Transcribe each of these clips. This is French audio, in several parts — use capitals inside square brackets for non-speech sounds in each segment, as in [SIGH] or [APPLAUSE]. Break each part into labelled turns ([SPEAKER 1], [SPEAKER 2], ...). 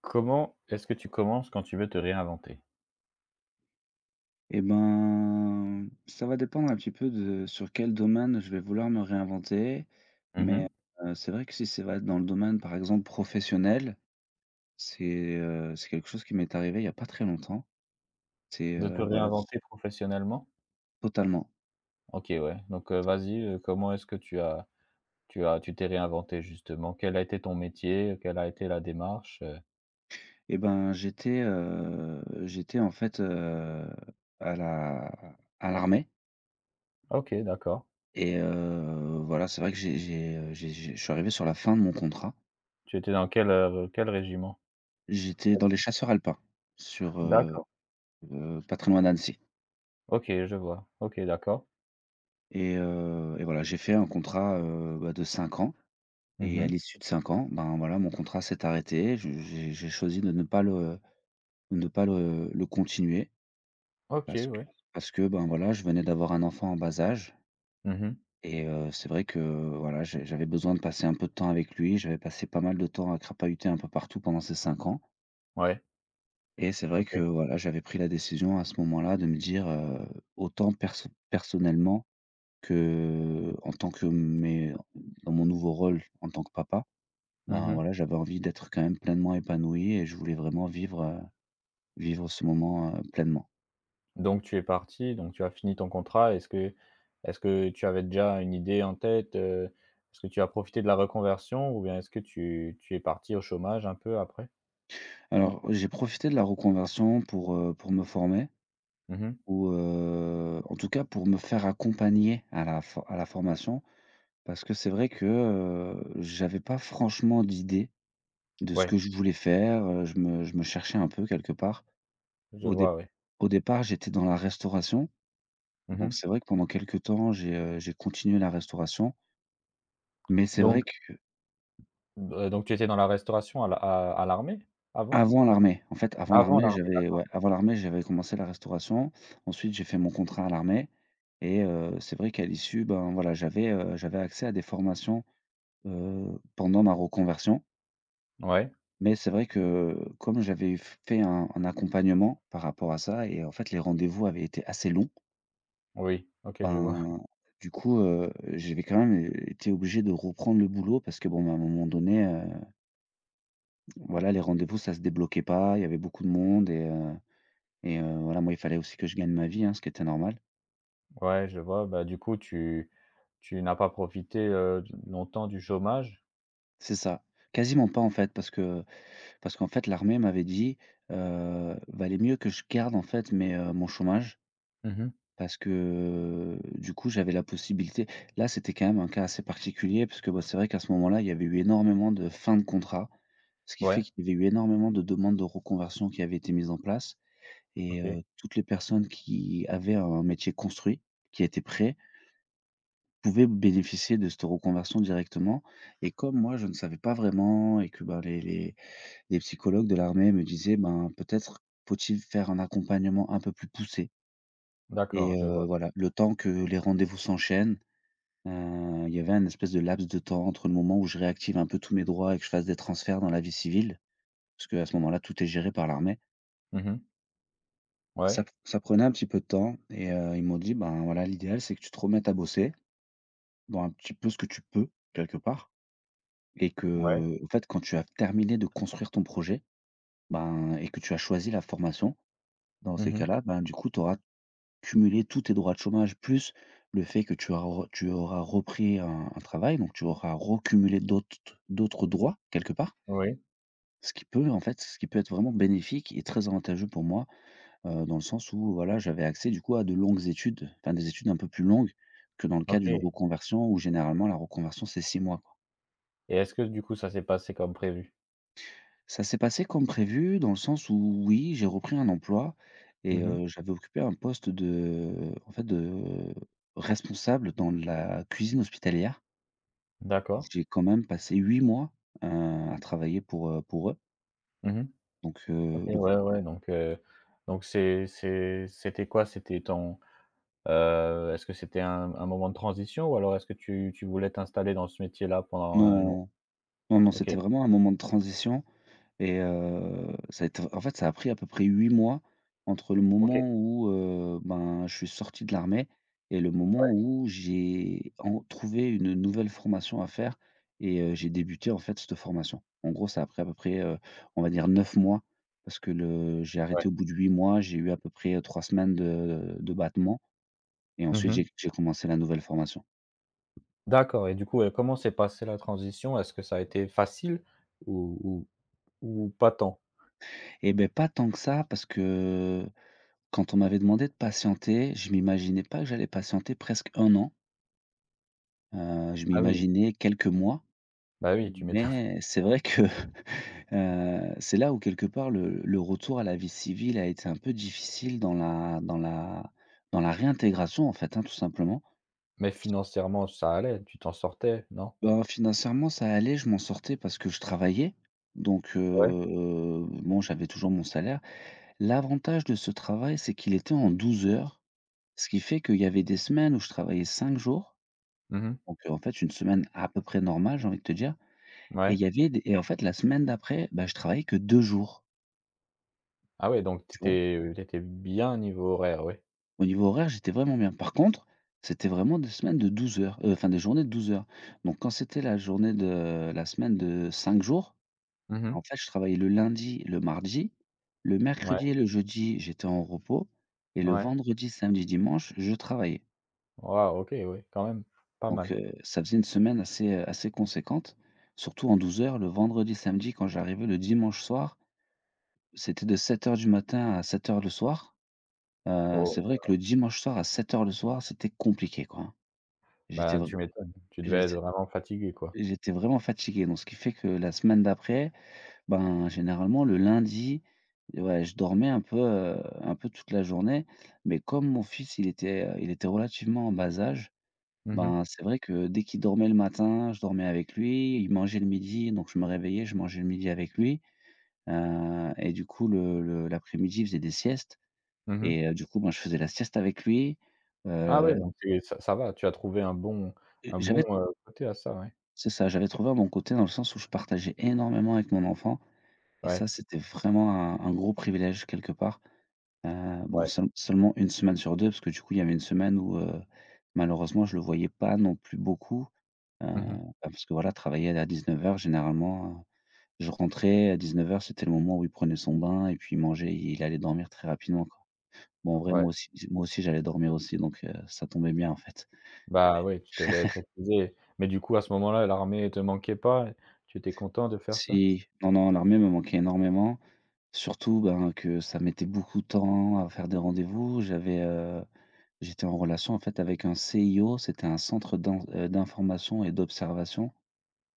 [SPEAKER 1] Comment est-ce que tu commences quand tu veux te réinventer?
[SPEAKER 2] Et ben, ça va dépendre un petit peu de sur quel domaine je vais vouloir me réinventer. Mmh. Mais,
[SPEAKER 1] Mmh.
[SPEAKER 2] mh. C'est vrai que si ça va être dans le domaine, par exemple, professionnel, c'est quelque chose qui m'est arrivé il y a pas très longtemps.
[SPEAKER 1] De te
[SPEAKER 2] Mmh voilà, s
[SPEAKER 1] réinventer professionnellement?
[SPEAKER 2] Totalement.
[SPEAKER 1] OK, ouais, vas-y, comment est-ce que tu t'es réinventé justement? Quel a été ton métier? Quelle a été la démarche,
[SPEAKER 2] Et ben, j'étais en fait, à la à l'armée
[SPEAKER 1] OK, d'accord.
[SPEAKER 2] et voilà, c'est vrai que j'ai je suis arrivé sur la fin de mon contrat.
[SPEAKER 1] Tu étais dans quel, quel régiment?
[SPEAKER 2] J'étais
[SPEAKER 1] Quel
[SPEAKER 2] dans les chasseurs alpins sur, heu
[SPEAKER 1] D'accord.
[SPEAKER 2] pas très loin d'Annecy.
[SPEAKER 1] OK, je vois. OK, d'accord.
[SPEAKER 2] Et voilà, j'ai fait un contrat, bah, de 5 ans et à
[SPEAKER 1] Mmh.
[SPEAKER 2] l'issue de 5 ans, ben, voilà, mon contrat s'est arrêté. Je j'ai choisi de ne pas le continuer
[SPEAKER 1] OK,
[SPEAKER 2] parce que
[SPEAKER 1] ouais.
[SPEAKER 2] parce que, ben, voilà, je venais d'avoir un enfant en bas âge
[SPEAKER 1] Mmh.
[SPEAKER 2] et c'est vrai que, voilà, j'avais besoin de passer un peu de temps avec lui. J'avais passé pas mal de temps à crapahuter un peu partout pendant ces 5 ans
[SPEAKER 1] Ouais.
[SPEAKER 2] et c'est vrai que,
[SPEAKER 1] OK.
[SPEAKER 2] voilà, j'avais pris la décision à ce moment-là de me dire, autant personnellement. Que, en tant que mais Dans mon nouveau rôle en tant que papa, ben,
[SPEAKER 1] Mmh.
[SPEAKER 2] voilà, j'avais envie d'être quand même pleinement épanoui et je voulais vraiment vivre ce moment, pleinement.
[SPEAKER 1] Donc tu es parti, donc tu as fini ton contrat. Est-ce que tu avais déjà une idée en tête, Est-ce que tu as profité de la reconversion ou bien est-ce que tu es parti au chômage un peu après?
[SPEAKER 2] Alors, j'ai profité de la reconversion pour me former
[SPEAKER 1] Mmh.
[SPEAKER 2] ou, en tout cas pour me faire accompagner à la formation parce que c'est vrai que, j'avais pas franchement d'idée de ce
[SPEAKER 1] Ouais,
[SPEAKER 2] que je voulais faire, je me cherchais un peu quelque part.
[SPEAKER 1] je
[SPEAKER 2] Au dé
[SPEAKER 1] vois, ouais.
[SPEAKER 2] au départ, j'étais dans la restauration. Donc
[SPEAKER 1] Mmh.
[SPEAKER 2] c'est vrai que pendant quelques temps, j'ai continué la restauration, mais c'est, ouais,
[SPEAKER 1] Donc,
[SPEAKER 2] vrai
[SPEAKER 1] donc tu étais dans la restauration à la à l'armée, avant?
[SPEAKER 2] qu'avant l'armée, en fait, avant
[SPEAKER 1] Avant
[SPEAKER 2] l'armée,
[SPEAKER 1] l'armée,
[SPEAKER 2] j'avais, ouais, avant l'armée, j'avais commencé la restauration. Ensuite, j'ai fait mon contrat à l'armée et c'est vrai qu'à l'issue, ben, voilà, j'avais accès à des formations, pendant ma reconversion.
[SPEAKER 1] d'accord. Ouais,
[SPEAKER 2] Mais c'est vrai que comme j'avais f fait un accompagnement par rapport à ça et en fait, les rendez-vous avaient été assez longs,
[SPEAKER 1] oui, OK, je vois.
[SPEAKER 2] ben, du coup, j'avais quand même été obligé de reprendre le boulot parce que bon, ben, à un moment donné. Voilà, les rendez-vous, ça se débloquait pas, il y avait beaucoup de monde et voilà, moi, il fallait aussi que je gagne ma vie, hein, ce qui était normal.
[SPEAKER 1] Ouais, je vois, bah, du coup tu n'as pas profité, d longtemps du chômage?
[SPEAKER 2] C'est ça. Quasiment pas, en fait, parce que parce qu'en fait, l'armée m'avait dit: «Valait mieux que je garde, en fait, mais mon chômage»
[SPEAKER 1] Mmh.
[SPEAKER 2] parce que, du coup, j'avais la possibilité là, c'était quand même un cas assez particulier parce que, bah, c'est vrai qu'à ce moment-là, il y avait eu énormément de fins de contrat, ce qui fait
[SPEAKER 1] Ouais,
[SPEAKER 2] qu'il y avait eu énormément de demandes de reconversion qui avaient été mises en place. Et
[SPEAKER 1] OK.
[SPEAKER 2] toutes les personnes qui avaient un métier construit, qui étaient prêts, pouvaient bénéficier de cette reconversion directement, et comme moi, je ne savais pas vraiment et que, bah, les psychologues de l'armée me disaient: «Ben, peut-être faut-il faire un accompagnement un peu plus poussé». Et
[SPEAKER 1] D'accord, je vois.
[SPEAKER 2] voilà, le temps que les rendez-vous s'enchaînent, il y avait un espèce de laps de temps entre le moment où je réactive un peu tous mes droits et que je fasse des transferts dans la vie civile, parce qu'à ce moment-là, tout est géré par l'armée.
[SPEAKER 1] Mmh. Ouais,
[SPEAKER 2] Ça prenait un petit peu de temps et ils m'ont dit: «Ben, voilà, l'idéal, c'est que tu te remettes à bosser dans un petit peu ce que tu peux, quelque part, et
[SPEAKER 1] ouais.
[SPEAKER 2] que en fait, quand tu as terminé de construire ton projet, ben, et que tu as choisi la formation, dans ces
[SPEAKER 1] Mmh.
[SPEAKER 2] cas-là, ben, du coup, tu auras cumulé tous tes droits de chômage plus le fait que tu auras repris un travail, donc tu auras recumulé d'autres droits, quelque part».
[SPEAKER 1] Oui.
[SPEAKER 2] Ce qui peut, en fait, ce qui peut être vraiment bénéfique et très avantageux pour moi. Dans le sens où voilà, j'avais accès du coup à de longues études, enfin des études un peu plus longues que dans le cas
[SPEAKER 1] OK,
[SPEAKER 2] d'une reconversion où généralement la reconversion c'est 6 mois, quoi.
[SPEAKER 1] et est-ce que du coup ça s'est passé comme prévu?
[SPEAKER 2] Ça s'est passé comme prévu dans le sens où oui, j'ai repris un emploi et
[SPEAKER 1] Mmh.
[SPEAKER 2] j'avais occupé un poste de en fait de responsable dans la cuisine hospitalière.
[SPEAKER 1] D'accord.
[SPEAKER 2] J'ai quand même passé 8 mois, à travailler pour, pour eux.
[SPEAKER 1] Mmh.
[SPEAKER 2] Donc
[SPEAKER 1] OK,
[SPEAKER 2] le
[SPEAKER 1] ouais, ouais, donc c'était quoi? C'était ton, est-ce que c'était un moment de transition ou alors est-ce que tu voulais t'installer dans ce métier-là pendant un long
[SPEAKER 2] Non, non, non,
[SPEAKER 1] OK,
[SPEAKER 2] c'était vraiment un moment de transition. Et ça a été en fait, ça a pris à peu près 8 mois entre le
[SPEAKER 1] OK,
[SPEAKER 2] moment où, ben, je suis sorti de l'armée et le moment
[SPEAKER 1] ouais,
[SPEAKER 2] où j'ai en trouvé une nouvelle formation à faire et j'ai débuté, en fait, cette formation. En gros, ça a pris à peu près, on va dire 9 mois parce que le j'ai
[SPEAKER 1] ouais.
[SPEAKER 2] arrêté au bout de 8 mois, j'ai eu à peu près, 3 semaines de battement et ensuite
[SPEAKER 1] Mmh.
[SPEAKER 2] j'ai commencé la nouvelle formation.
[SPEAKER 1] D'accord et du coup, comment s'est passée la transition? Est-ce que ça a été facile ou ou ou pas tant?
[SPEAKER 2] Et ben pas tant que ça parce que quand on m'avait demandé de patienter, je m'imaginais pas que j'allais patienter presque un an. Je
[SPEAKER 1] Ah oui,
[SPEAKER 2] m'imaginais quelques mois,
[SPEAKER 1] bah oui, tu m'étonnes. [LAUGHS]
[SPEAKER 2] mais c'est vrai que, [LAUGHS] c'est là où quelque part le retour à la vie civile a été un peu difficile dans la réintégration en fait, hein, tout simplement.
[SPEAKER 1] Mais financièrement ça allait, tu t'en sortais, non?
[SPEAKER 2] Bah, financièrement ça allait, je m'en sortais parce que je travaillais, donc
[SPEAKER 1] Ouais.
[SPEAKER 2] bon, j'avais toujours mon salaire. L'avantage de ce travail, c'est qu'il était en 12 heures, ce qui fait qu'il y avait des semaines où je travaillais 5 jours,
[SPEAKER 1] Mmh.
[SPEAKER 2] donc en fait une semaine à peu près normale, j'ai envie de te dire. Et il
[SPEAKER 1] Ouais.
[SPEAKER 2] y avait des et en fait, la semaine d'après, bah, je travaillais que 2 jours,
[SPEAKER 1] Ah ouais, donc
[SPEAKER 2] tu vois?
[SPEAKER 1] tu étais bien niveau horaire, ouais.
[SPEAKER 2] Au niveau horaire, j'étais vraiment bien. Par contre, c'était vraiment des semaines de 12 heures, enfin des journées de 12 heures. Donc quand c'était la journée de la semaine de 5 jours,
[SPEAKER 1] Mmh mh.
[SPEAKER 2] en fait, je travaillais le lundi, le mardi, le
[SPEAKER 1] Ouais,
[SPEAKER 2] mercredi, et le jeudi j'étais en repos, et le
[SPEAKER 1] ouais.
[SPEAKER 2] vendredi, samedi, dimanche, je travaillais.
[SPEAKER 1] Waouh, OK, ouais, quand même, pas
[SPEAKER 2] Donc
[SPEAKER 1] mal.
[SPEAKER 2] ça faisait une semaine assez conséquente, surtout en 12 heures. Le vendredi, samedi, quand j'arrivais, le dimanche soir, c'était de 7 heures du matin à 7 heures le soir. C'est
[SPEAKER 1] Oh,
[SPEAKER 2] vrai que le dimanche soir à 7 heures le soir, c'était compliqué, quoi, hein. J'étais
[SPEAKER 1] bah,
[SPEAKER 2] vr
[SPEAKER 1] tu m'étonnes, tu devais être
[SPEAKER 2] j'étais
[SPEAKER 1] vraiment fatigué, quoi.
[SPEAKER 2] j'étais vraiment fatigué, donc ce qui fait que la semaine d'après, ben, généralement le lundi, ouais, je dormais un peu toute la journée, mais comme mon fils, il était relativement en bas âge,
[SPEAKER 1] Mmh mh.
[SPEAKER 2] ben, c'est vrai que dès qu'il dormait le matin, je dormais avec lui, il mangeait le midi, donc je me réveillais, je mangeais le midi avec lui, et du coup le l'après-midi, il faisait des siestes
[SPEAKER 1] Mmh mh.
[SPEAKER 2] et du coup, ben, je faisais la sieste avec lui,
[SPEAKER 1] Ah ouais,
[SPEAKER 2] heu
[SPEAKER 1] donc tu es ça va, tu as trouvé
[SPEAKER 2] Et
[SPEAKER 1] un bon,
[SPEAKER 2] j'avais
[SPEAKER 1] côté à ça, ouais.
[SPEAKER 2] C'est ça, j'avais trouvé à mon côté dans le sens où je partageais énormément avec mon enfant et ça,
[SPEAKER 1] Ouais,
[SPEAKER 2] c'était vraiment un gros privilège quelque part. Bon,
[SPEAKER 1] ouais.
[SPEAKER 2] seulement une semaine sur 2 parce que du coup, il y avait une semaine où, malheureusement, je le voyais pas non plus beaucoup, bah,
[SPEAKER 1] Mmh mh.
[SPEAKER 2] parce que voilà, travailler à 19:00 généralement, je rentrais à 19:00, c'était le moment où il prenait son bain et puis il mangeait et il allait dormir très rapidement, quoi. Bon, en vrai,
[SPEAKER 1] Ouais.
[SPEAKER 2] moi aussi, moi aussi, j'allais dormir aussi, donc ça tombait bien, en fait.
[SPEAKER 1] Bah, ouais, tu devais être épuisé, mais du coup, à ce moment-là, l'armée te manquait pas, tu étais content de faire ça?
[SPEAKER 2] Si, non, non, l'armée me manquait énormément. Surtout, ben, que ça mettait beaucoup de temps à faire des rendez-vous. J'étais en relation en fait avec un CIO, c'était un centre d'information et d'observation.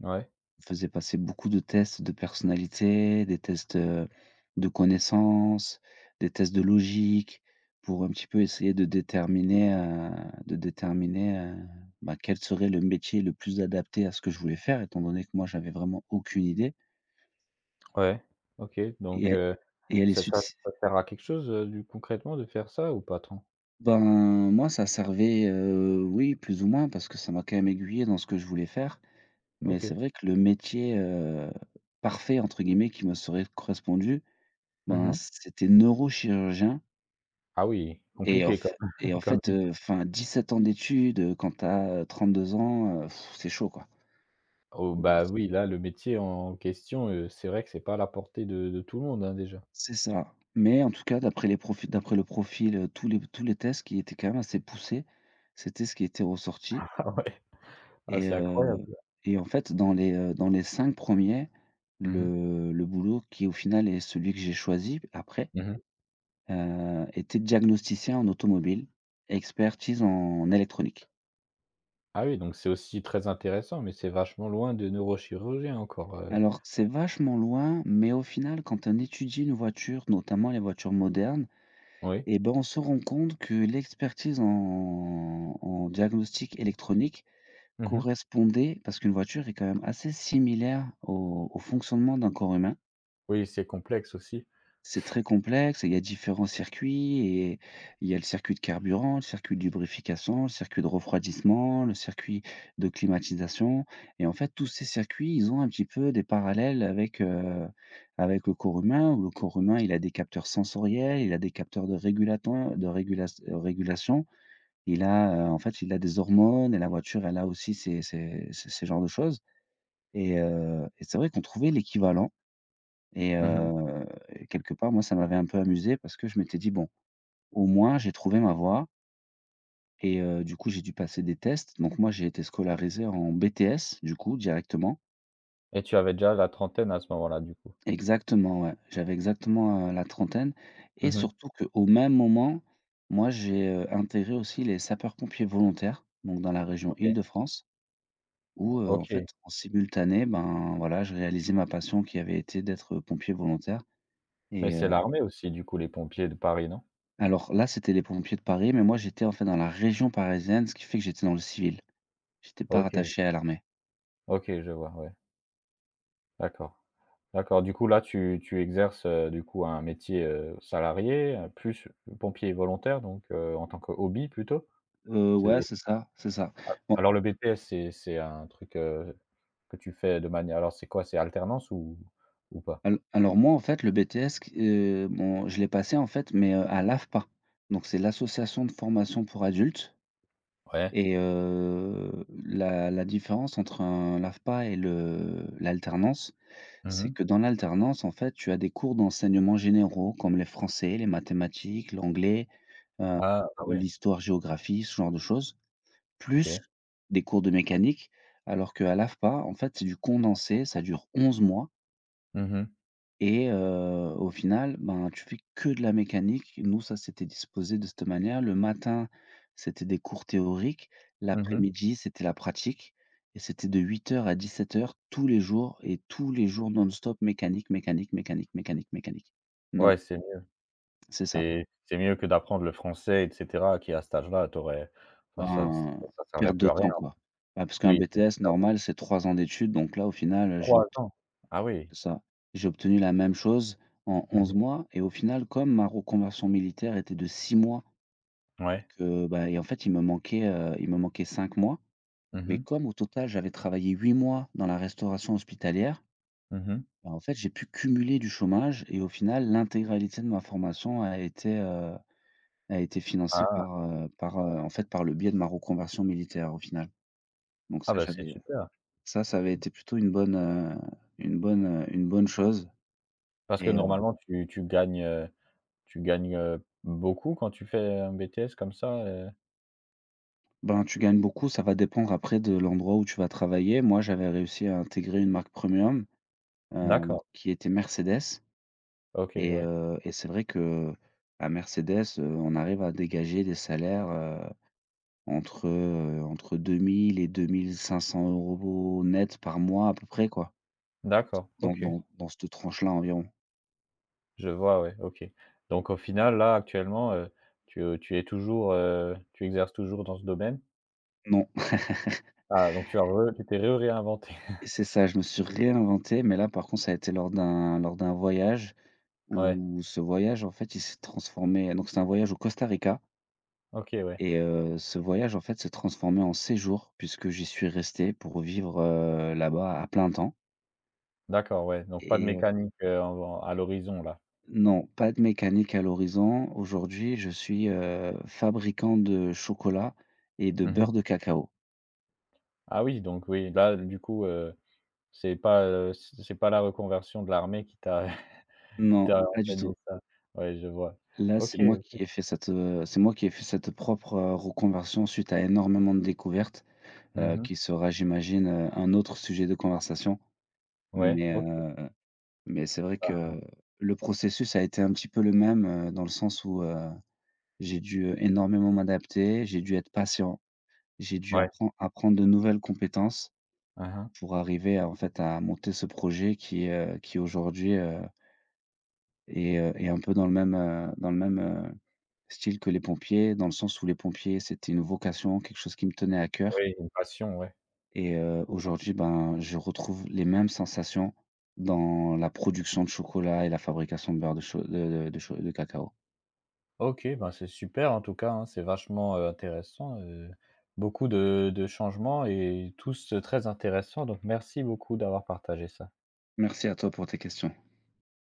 [SPEAKER 1] Ouais,
[SPEAKER 2] On faisait passer beaucoup de tests de personnalité, des tests, de connaissances, des tests de logique pour un petit peu essayer de déterminer, bah, quel serait le métier le plus adapté à ce que je voulais faire étant donné que moi j'avais vraiment aucune idée.
[SPEAKER 1] ouais, OK,
[SPEAKER 2] Et elle et elle est
[SPEAKER 1] ça ça
[SPEAKER 2] succ
[SPEAKER 1] ça sert à quelque chose, du concrètement de faire ça ou pas tant?
[SPEAKER 2] Ben, moi, ça servait, oui, plus ou moins, parce que ça m'a quand même aiguillé dans ce que je voulais faire. Mais c'est
[SPEAKER 1] OK.
[SPEAKER 2] vrai que le métier, «parfait» entre guillemets, qui me serait correspondu,
[SPEAKER 1] Mmh
[SPEAKER 2] ben,
[SPEAKER 1] mh.
[SPEAKER 2] c'était neurochirurgien.
[SPEAKER 1] Ah oui,
[SPEAKER 2] et en
[SPEAKER 1] compliqué comme
[SPEAKER 2] f et en
[SPEAKER 1] [LAUGHS] comme
[SPEAKER 2] fait,
[SPEAKER 1] métier.
[SPEAKER 2] enfin, 17 ans d'études, quand tu as, 32 ans, c'est chaud, quoi.
[SPEAKER 1] Oh
[SPEAKER 2] Mmh.
[SPEAKER 1] bah
[SPEAKER 2] C'est
[SPEAKER 1] oui, là, le métier en question, c'est vrai que c'est pas à la portée de tout le monde, hein, déjà. [LAUGHS]
[SPEAKER 2] ça. Mais en tout cas, d'après le profil, tous les tests qui étaient quand même assez poussés, c'était ce qui était ressorti.
[SPEAKER 1] Ah ouais, ah
[SPEAKER 2] Et
[SPEAKER 1] c'est incroyable.
[SPEAKER 2] heu et en fait, dans les 5 premiers,
[SPEAKER 1] Mmh mh.
[SPEAKER 2] le boulot qui, au final, est celui que j'ai choisi après,
[SPEAKER 1] Mmh mh.
[SPEAKER 2] était diagnosticien en automobile, expertise en électronique.
[SPEAKER 1] Ah oui, donc c'est aussi très intéressant, mais c'est vachement loin de neurochirurgien encore,
[SPEAKER 2] Alors, c'est vachement loin, mais au final, quand on étudie une voiture, notamment les voitures modernes,
[SPEAKER 1] oui.
[SPEAKER 2] et ben, on se rend compte que l'expertise en diagnostic électronique
[SPEAKER 1] Mmh mh.
[SPEAKER 2] correspondait, parce qu'une voiture est quand même assez similaire au fonctionnement d'un corps humain.
[SPEAKER 1] Oui, c'est complexe aussi.
[SPEAKER 2] C'est très complexe et il y a différents circuits, et il y a le circuit de carburant, le circuit de lubrification, le circuit de refroidissement, le circuit de climatisation, et en fait tous ces circuits, ils ont un petit peu des parallèles avec, avec le corps humain, où le corps humain, il a des capteurs sensoriels, il a des capteurs de régulaton de régulas régulation. Il a, en fait, il a des hormones, et la voiture, elle a aussi ces genres de choses, et c'est vrai qu'on trouvait l'équivalent. et
[SPEAKER 1] Mmh mh,
[SPEAKER 2] heu et quelque part, moi, ça m'avait un peu amusé parce que je m'étais dit: «Bon, au moins j'ai trouvé ma voie», du coup, j'ai dû passer des tests. Donc moi, j'ai été scolarisé en BTS, du coup, directement.
[SPEAKER 1] et tu avais déjà la trentaine à ce moment-là, du coup?
[SPEAKER 2] Exactement, ouais. J'avais exactement, la trentaine, et
[SPEAKER 1] Mmh mh.
[SPEAKER 2] surtout qu'au même moment, moi, j'ai, intégré aussi les sapeurs-pompiers volontaires, donc dans la région
[SPEAKER 1] OK.
[SPEAKER 2] Île-de-France, où,
[SPEAKER 1] O
[SPEAKER 2] en fait,
[SPEAKER 1] OK.
[SPEAKER 2] en simultané, ben, voilà, je réalisais ma passion qui avait été d'être pompier volontaire
[SPEAKER 1] Mais
[SPEAKER 2] et
[SPEAKER 1] c'est l'armée aussi, du coup, les pompiers de Paris, non?
[SPEAKER 2] Alors là, c'était les pompiers de Paris, mais moi, j'étais en fait dans la région parisienne, ce qui fait que j'étais dans le civil. J'étais pas
[SPEAKER 1] OK.
[SPEAKER 2] rattaché à l'armée.
[SPEAKER 1] OK, je vois, ouais. D'accord. D'accord, du coup là tu exerces, du coup un métier, salarié, plus pompier volontaire donc en tant que hobby plutôt?
[SPEAKER 2] Ouais,
[SPEAKER 1] C'est
[SPEAKER 2] c'est ça, c'est ça. Bon,
[SPEAKER 1] alors le BTS c'est un truc, que tu fais de manière alors c'est quoi? C'est alternance ou pas?
[SPEAKER 2] al alors moi, en fait, le BTS, q bon, je l'ai passé, en fait, mais, à l'AFPA. Donc c'est l'association de formation pour adultes.
[SPEAKER 1] Ouais.
[SPEAKER 2] La différence entre un l'AFPA et le l'alternance, c'est
[SPEAKER 1] Mmh.
[SPEAKER 2] que dans l'alternance, en fait, tu as des cours d'enseignement généraux comme les français, les mathématiques, l'anglais,
[SPEAKER 1] Ah, ah
[SPEAKER 2] heu,
[SPEAKER 1] ouais,
[SPEAKER 2] l'histoire-géographie, ce genre de choses, plus
[SPEAKER 1] OK.
[SPEAKER 2] des cours de mécanique, alors qu'à l'AFPA, en fait, c'est du condensé, ça dure 11 mois,
[SPEAKER 1] Mhm mhm.
[SPEAKER 2] au final, ben, tu fais que de la mécanique. Nous, ça, c'était disposé de cette manière. Le matin, c'était des cours théoriques, l'après-midi, c'était la pratique, et c'était de huit heures à dix-sept heures tous les jours, et tous les jours non-stop mécanique, mécanique, mécanique, mécanique, mécanique. Non,
[SPEAKER 1] Ouais, c'est mieux
[SPEAKER 2] c'est ça.
[SPEAKER 1] c'est mieux que d'apprendre le français et cetera qui à cet âge-là, t'aurais. Enfin ça
[SPEAKER 2] Ben,
[SPEAKER 1] ça ça servait
[SPEAKER 2] perte de
[SPEAKER 1] plus à
[SPEAKER 2] temps,
[SPEAKER 1] rien.
[SPEAKER 2] quoi. Bah, parce qu'un
[SPEAKER 1] Oui, c'était
[SPEAKER 2] BTS
[SPEAKER 1] perdre
[SPEAKER 2] normal, c'est 3 ans d'études, donc là, au final, je
[SPEAKER 1] 3 ans. Ah oui.
[SPEAKER 2] ça. J'ai obtenu la même chose en
[SPEAKER 1] Mmh.
[SPEAKER 2] 11 mois, et au final, comme ma reconversion militaire était de 6 mois, et
[SPEAKER 1] Ouais.
[SPEAKER 2] que, bah, en fait, il me manquait 5 mois,
[SPEAKER 1] Mhm
[SPEAKER 2] mais
[SPEAKER 1] mhm.
[SPEAKER 2] comme au total, j'avais travaillé 8 mois dans la restauration hospitalière, bah, en fait, j'ai pu cumuler du chômage, et au final, l'intégralité de ma formation a été financée
[SPEAKER 1] Ah!
[SPEAKER 2] par le biais de ma reconversion militaire, au final. Donc ça,
[SPEAKER 1] Ah bah, c'est super!
[SPEAKER 2] ça avait été plutôt une bonne, une bonne chose
[SPEAKER 1] Parce que
[SPEAKER 2] et
[SPEAKER 1] normalement tu gagnes, tu gagnes, beaucoup quand tu fais un BTS comme ça,
[SPEAKER 2] Ben, tu gagnes beaucoup, ça va dépendre après de l'endroit où tu vas travailler. Moi, j'avais réussi à intégrer une marque premium, heu,
[SPEAKER 1] D'accord,
[SPEAKER 2] qui était Mercedes,
[SPEAKER 1] OK,
[SPEAKER 2] et
[SPEAKER 1] ouais.
[SPEAKER 2] heu et c'est vrai que à Mercedes, on arrive à dégager des salaires, entre 2 000 et deux mille cinq cents euros net par mois à peu près, quoi,
[SPEAKER 1] D'accord,
[SPEAKER 2] dans
[SPEAKER 1] OK,
[SPEAKER 2] dans dans cette tranche-là, environ.
[SPEAKER 1] je vois, ouais, OK. Donc au final, là, actuellement, tu, tu es toujours, tu exerces toujours dans ce domaine?
[SPEAKER 2] Non,
[SPEAKER 1] Ah, donc tu as re tu t'es re réinventé.
[SPEAKER 2] et
[SPEAKER 1] [LAUGHS]
[SPEAKER 2] c'est ça, je me suis réinventé, mais là par contre, ça a été lors d'un voyage
[SPEAKER 1] Ouais,
[SPEAKER 2] où ce voyage en fait il s'est transformé, donc c'est un voyage au Costa Rica.
[SPEAKER 1] OK, ouais.
[SPEAKER 2] Ce voyage, en fait, s'est transformé en séjour, puisque j'y suis resté pour vivre, là-bas à plein temps.
[SPEAKER 1] D'accord, ouais, donc pas de
[SPEAKER 2] et heu
[SPEAKER 1] mécanique, en en à l'horizon, là?
[SPEAKER 2] non, pas de mécanique à l'horizon. Aujourd'hui, je suis fabricant de chocolat et de beurre
[SPEAKER 1] Mmh.
[SPEAKER 2] de cacao.
[SPEAKER 1] Ah oui, donc oui, là, du coup, c'est pas, heu, c'est pas la reconversion de l'armée qui t'a qui
[SPEAKER 2] Non,
[SPEAKER 1] t'a
[SPEAKER 2] pas du
[SPEAKER 1] enseigné
[SPEAKER 2] tout.
[SPEAKER 1] ça? Ouais, je vois.
[SPEAKER 2] Là,
[SPEAKER 1] OK.
[SPEAKER 2] c'est moi qui ai fait cette, c'est moi qui ai fait cette propre reconversion suite à énormément de découvertes,
[SPEAKER 1] Mmh
[SPEAKER 2] heu,
[SPEAKER 1] mh.
[SPEAKER 2] qui sera, j'imagine, un autre sujet de conversation,
[SPEAKER 1] Ouais,
[SPEAKER 2] mais
[SPEAKER 1] OK,
[SPEAKER 2] heu mais c'est vrai
[SPEAKER 1] ben,
[SPEAKER 2] que le processus a été un petit peu le même, dans le sens où, j'ai dû, énormément m'adapter, j'ai dû être patient, j'ai dû
[SPEAKER 1] ouais.
[SPEAKER 2] apprendre de nouvelles compétences
[SPEAKER 1] Mmh mh.
[SPEAKER 2] pour arriver à, en fait, à monter ce projet qui aujourd'hui, est un peu dans le même, style que les pompiers, dans le sens où les pompiers, c'était une vocation, quelque chose qui me tenait à cœur,
[SPEAKER 1] Oui, une passion, ouais.
[SPEAKER 2] aujourd'hui, ben, je retrouve les mêmes sensations dans la production de chocolat et la fabrication de beurre de cho de cho de cacao.
[SPEAKER 1] OK, ben, c'est super en tout cas, hein, c'est vachement, intéressant, beaucoup de changements et tous, très intéressants donc merci beaucoup d'avoir partagé ça.
[SPEAKER 2] Merci à toi pour tes questions.